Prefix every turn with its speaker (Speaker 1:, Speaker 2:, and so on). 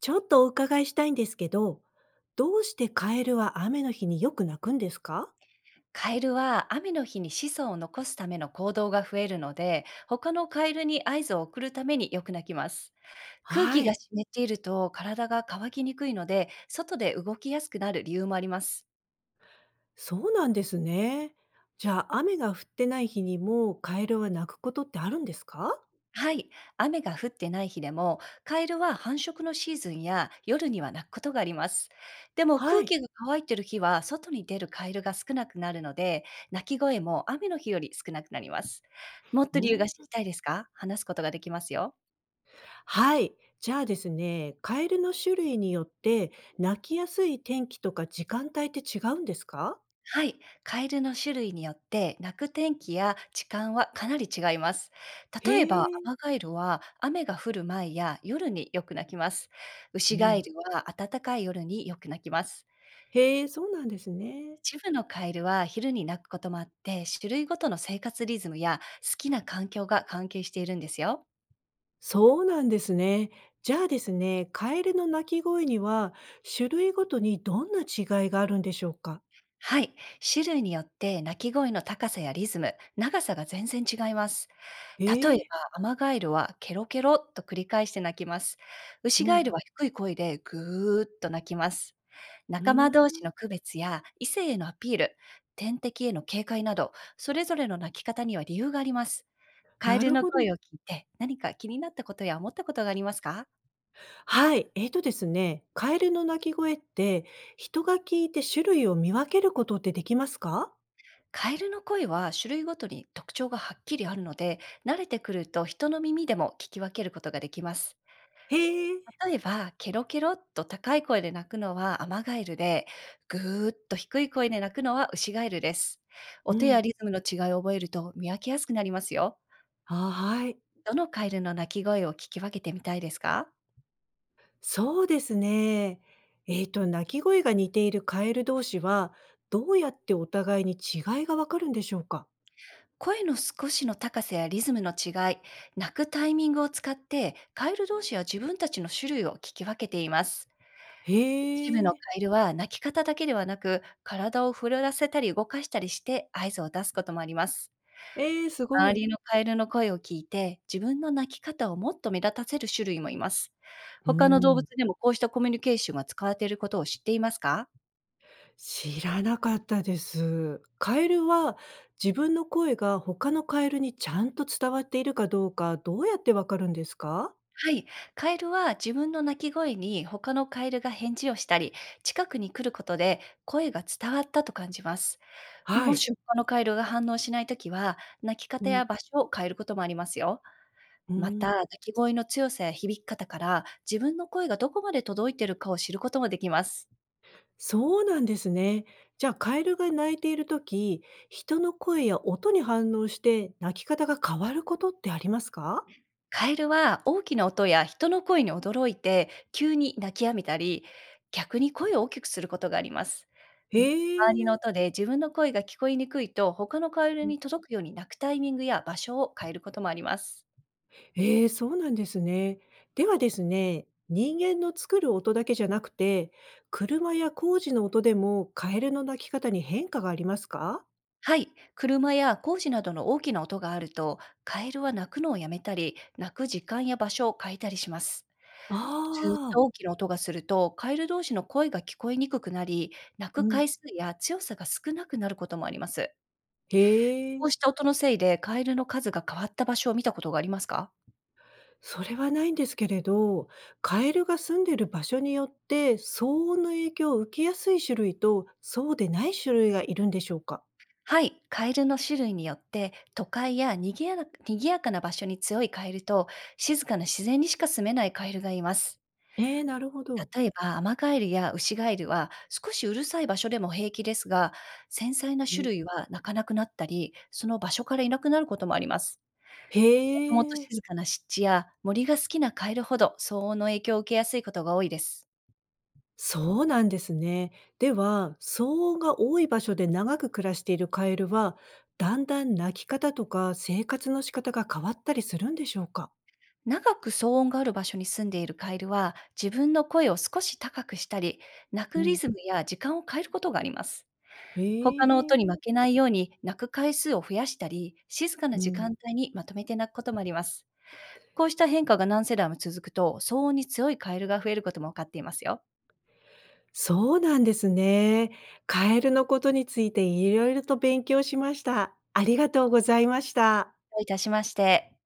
Speaker 1: ちょっとお伺いしたいんですけど、どうしてカエルは雨の日によく鳴くんですか？
Speaker 2: カエルは雨の日に子孫を残すための行動が増えるので、他のカエルに合図を送るためによく鳴きます。空気
Speaker 1: は
Speaker 2: が
Speaker 1: い、
Speaker 2: 湿っていると体が乾きにくいので、外で動きやすくなる理由もあります。
Speaker 1: そうなんですね。じゃあ雨が降ってない日にもカエルは鳴くことってあるんですか？
Speaker 2: はい、雨が降ってない日でも、カエルは繁殖のシーズンや夜には鳴くことがあります。でも
Speaker 1: は
Speaker 2: 空
Speaker 1: い。
Speaker 2: 気が乾いてる日は外に出るカエルが少なくなるので、鳴き声も雨の日より少なくなります。もっ
Speaker 1: う
Speaker 2: と理由が
Speaker 1: ん、
Speaker 2: 知りたいですか？話すことができますよ。
Speaker 1: はい。じゃあですね、カエルの種類によって鳴きやすい天気とか時間帯って違うんですか？
Speaker 2: はい、カエルの種類によって鳴く天気や時間はかなり違います。
Speaker 1: へ
Speaker 2: 例えば、ア
Speaker 1: え、
Speaker 2: マガエルは雨が降る前や夜によく鳴きます。ウ
Speaker 1: う
Speaker 2: シガエ
Speaker 1: ん。
Speaker 2: ルは暖かい夜によく鳴きます。
Speaker 1: へえ、そうなんですね。
Speaker 2: 一部のカエルは昼に鳴くこともあって、種類ごとの生活リズムや好きな環境が関係しているんですよ。
Speaker 1: そうなんですね。じゃあですね、カエルの鳴き声には種類ごとにどんな違いがあるんでしょうか？
Speaker 2: はい、種類によって鳴き声の高さやリズム、長さが全然違います。例え
Speaker 1: え
Speaker 2: ば、
Speaker 1: え、
Speaker 2: アマガエルはケロケロっと繰り返して鳴きます。ウシ
Speaker 1: う
Speaker 2: ガエル
Speaker 1: ん。
Speaker 2: は低い声でぐーっと鳴きます。
Speaker 1: う
Speaker 2: 仲間
Speaker 1: ー
Speaker 2: 同士
Speaker 1: ん、
Speaker 2: の区別や異性へのアピール、天敵への警戒など、それぞれの鳴き方には理由があります。カエ
Speaker 1: な
Speaker 2: ル
Speaker 1: る
Speaker 2: の
Speaker 1: ほど。
Speaker 2: 声を聞いて、何か気になったことや思ったことがありますか？
Speaker 1: はい、えっとですね、カエルの鳴き声って人が聞いて種類を見分けることってできますか？
Speaker 2: カエルの声は種類ごとに特徴がはっきりあるので、慣れてくると人の耳でも聞き分けることができます。
Speaker 1: へえ、
Speaker 2: 例えば、ケロケロっと高い声で鳴くのはアマガエルで、ぐーっと低い声で鳴くのはウシガエルです。
Speaker 1: う
Speaker 2: 音や
Speaker 1: ん。
Speaker 2: リズムの違いを覚えると、見分けやすくなりますよ。
Speaker 1: あ、はい。
Speaker 2: どのカエルの鳴き声を聞き分けてみたいですか？
Speaker 1: そうですね。鳴き声が似ているカエル同士は、どうやってお互いに違いがわかるんでしょうか？
Speaker 2: 声の少しの高さやリズムの違い、鳴くタイミングを使って、カエル同士は自分たちの種類を聞き分けています。
Speaker 1: へ
Speaker 2: 一部のカ
Speaker 1: え。
Speaker 2: エルは鳴き方だけではなく、体を震わせたり動かしたりして合図を出すこともあります。
Speaker 1: ええ、すご
Speaker 2: 周
Speaker 1: い。
Speaker 2: りのカエルの声を聞いて、自分の鳴き方をもっと目立たせる種類もいます。
Speaker 1: うー
Speaker 2: 他の動物
Speaker 1: ん。
Speaker 2: でもこうしたコミュニケーションが使われていることを知っていますか？
Speaker 1: 知らなかったです。カエルは自分の声が他のカエルにちゃんと伝わっているかどうか、どうやってわかるんですか？
Speaker 2: はい。カエルは自分の鳴き声に他のカエルが返事をしたり、近くに来ることで声が伝わったと感じます。
Speaker 1: は
Speaker 2: も
Speaker 1: い。
Speaker 2: し他のカエルが反応しないときは、鳴き方
Speaker 1: うん、
Speaker 2: や場所を変えることもありますよ。
Speaker 1: うー
Speaker 2: また、
Speaker 1: ん。
Speaker 2: 鳴き声の強さや響き方から、自分の声がどこまで届いているかを知ることもできます。
Speaker 1: そうなんですね。じゃあ、カエルが鳴いているとき、人の声や音に反応して、鳴き方が変わることってありますか？
Speaker 2: カエルは大きな音や人の声に驚いて急に泣き止めたり、逆に声を大きくすることがあります。
Speaker 1: へ
Speaker 2: 周りの
Speaker 1: え。
Speaker 2: 音で自分の声が聞こえにくいと、他のカエルに届くように鳴くタイミングや場所を変えることもあります。
Speaker 1: ええ、そうなんですね。ではですね、人間の作る音だけじゃなくて、車や工事の音でもカエルの鳴き方に変化がありますか？
Speaker 2: はい、車や工事などの大きな音があると、カエルは鳴くのをやめたり、鳴く時間や場所を変えたりします。ずっ
Speaker 1: あ
Speaker 2: と大
Speaker 1: あ。
Speaker 2: きな音がすると、カエル同士の声が聞こえにくくなり、鳴
Speaker 1: う
Speaker 2: く
Speaker 1: ん。
Speaker 2: 回数や強さが少なくなることもあります。
Speaker 1: へ
Speaker 2: こう
Speaker 1: え、
Speaker 2: した音のせいで、カエルの数が変わった場所を見たことがありますか？
Speaker 1: それはないんですけれど、カエルが住んでる場所によって騒音の影響を受けやすい種類と、そうでない種類がいるんでしょうか？
Speaker 2: はい、カエルの種類によって、都会やにぎやかな場所に強いカエルと、静かな自然にしか住めないカエルがいます。
Speaker 1: ええ、なるほど。
Speaker 2: 例えば、アマガエルやウシガエルは少しうるさい場所でも平気ですが、繊細な
Speaker 1: う
Speaker 2: 種
Speaker 1: ん。
Speaker 2: 類は鳴かなくなったり、その場所からいなくなることもあります。もともと
Speaker 1: へえ。
Speaker 2: 静かな湿地や森が好きなカエルほど、騒音の影響を受けやすいことが多いです。
Speaker 1: そうなんですね。では、騒音が多い場所で長く暮らしているカエルは、だんだん鳴き方とか生活の仕方が変わったりするんでしょうか？
Speaker 2: 長く騒音がある場所に住んでいるカエルは、自分の声を少し高くしたり、鳴
Speaker 1: う
Speaker 2: くリ
Speaker 1: ん。
Speaker 2: ズムや時間を変えることがあります。
Speaker 1: へ
Speaker 2: 他の
Speaker 1: え。
Speaker 2: 音に負けないように鳴く回数を増やしたり、静かな
Speaker 1: う
Speaker 2: 時
Speaker 1: ん。
Speaker 2: 間帯にまとめて鳴くこともあります。こうした変化が何世代も続くと、騒音に強いカエルが増えることも分かっていますよ。
Speaker 1: そうなんですね。カエルのことについていろいろと勉強しました。ありがとうございました。
Speaker 2: どういたしまして。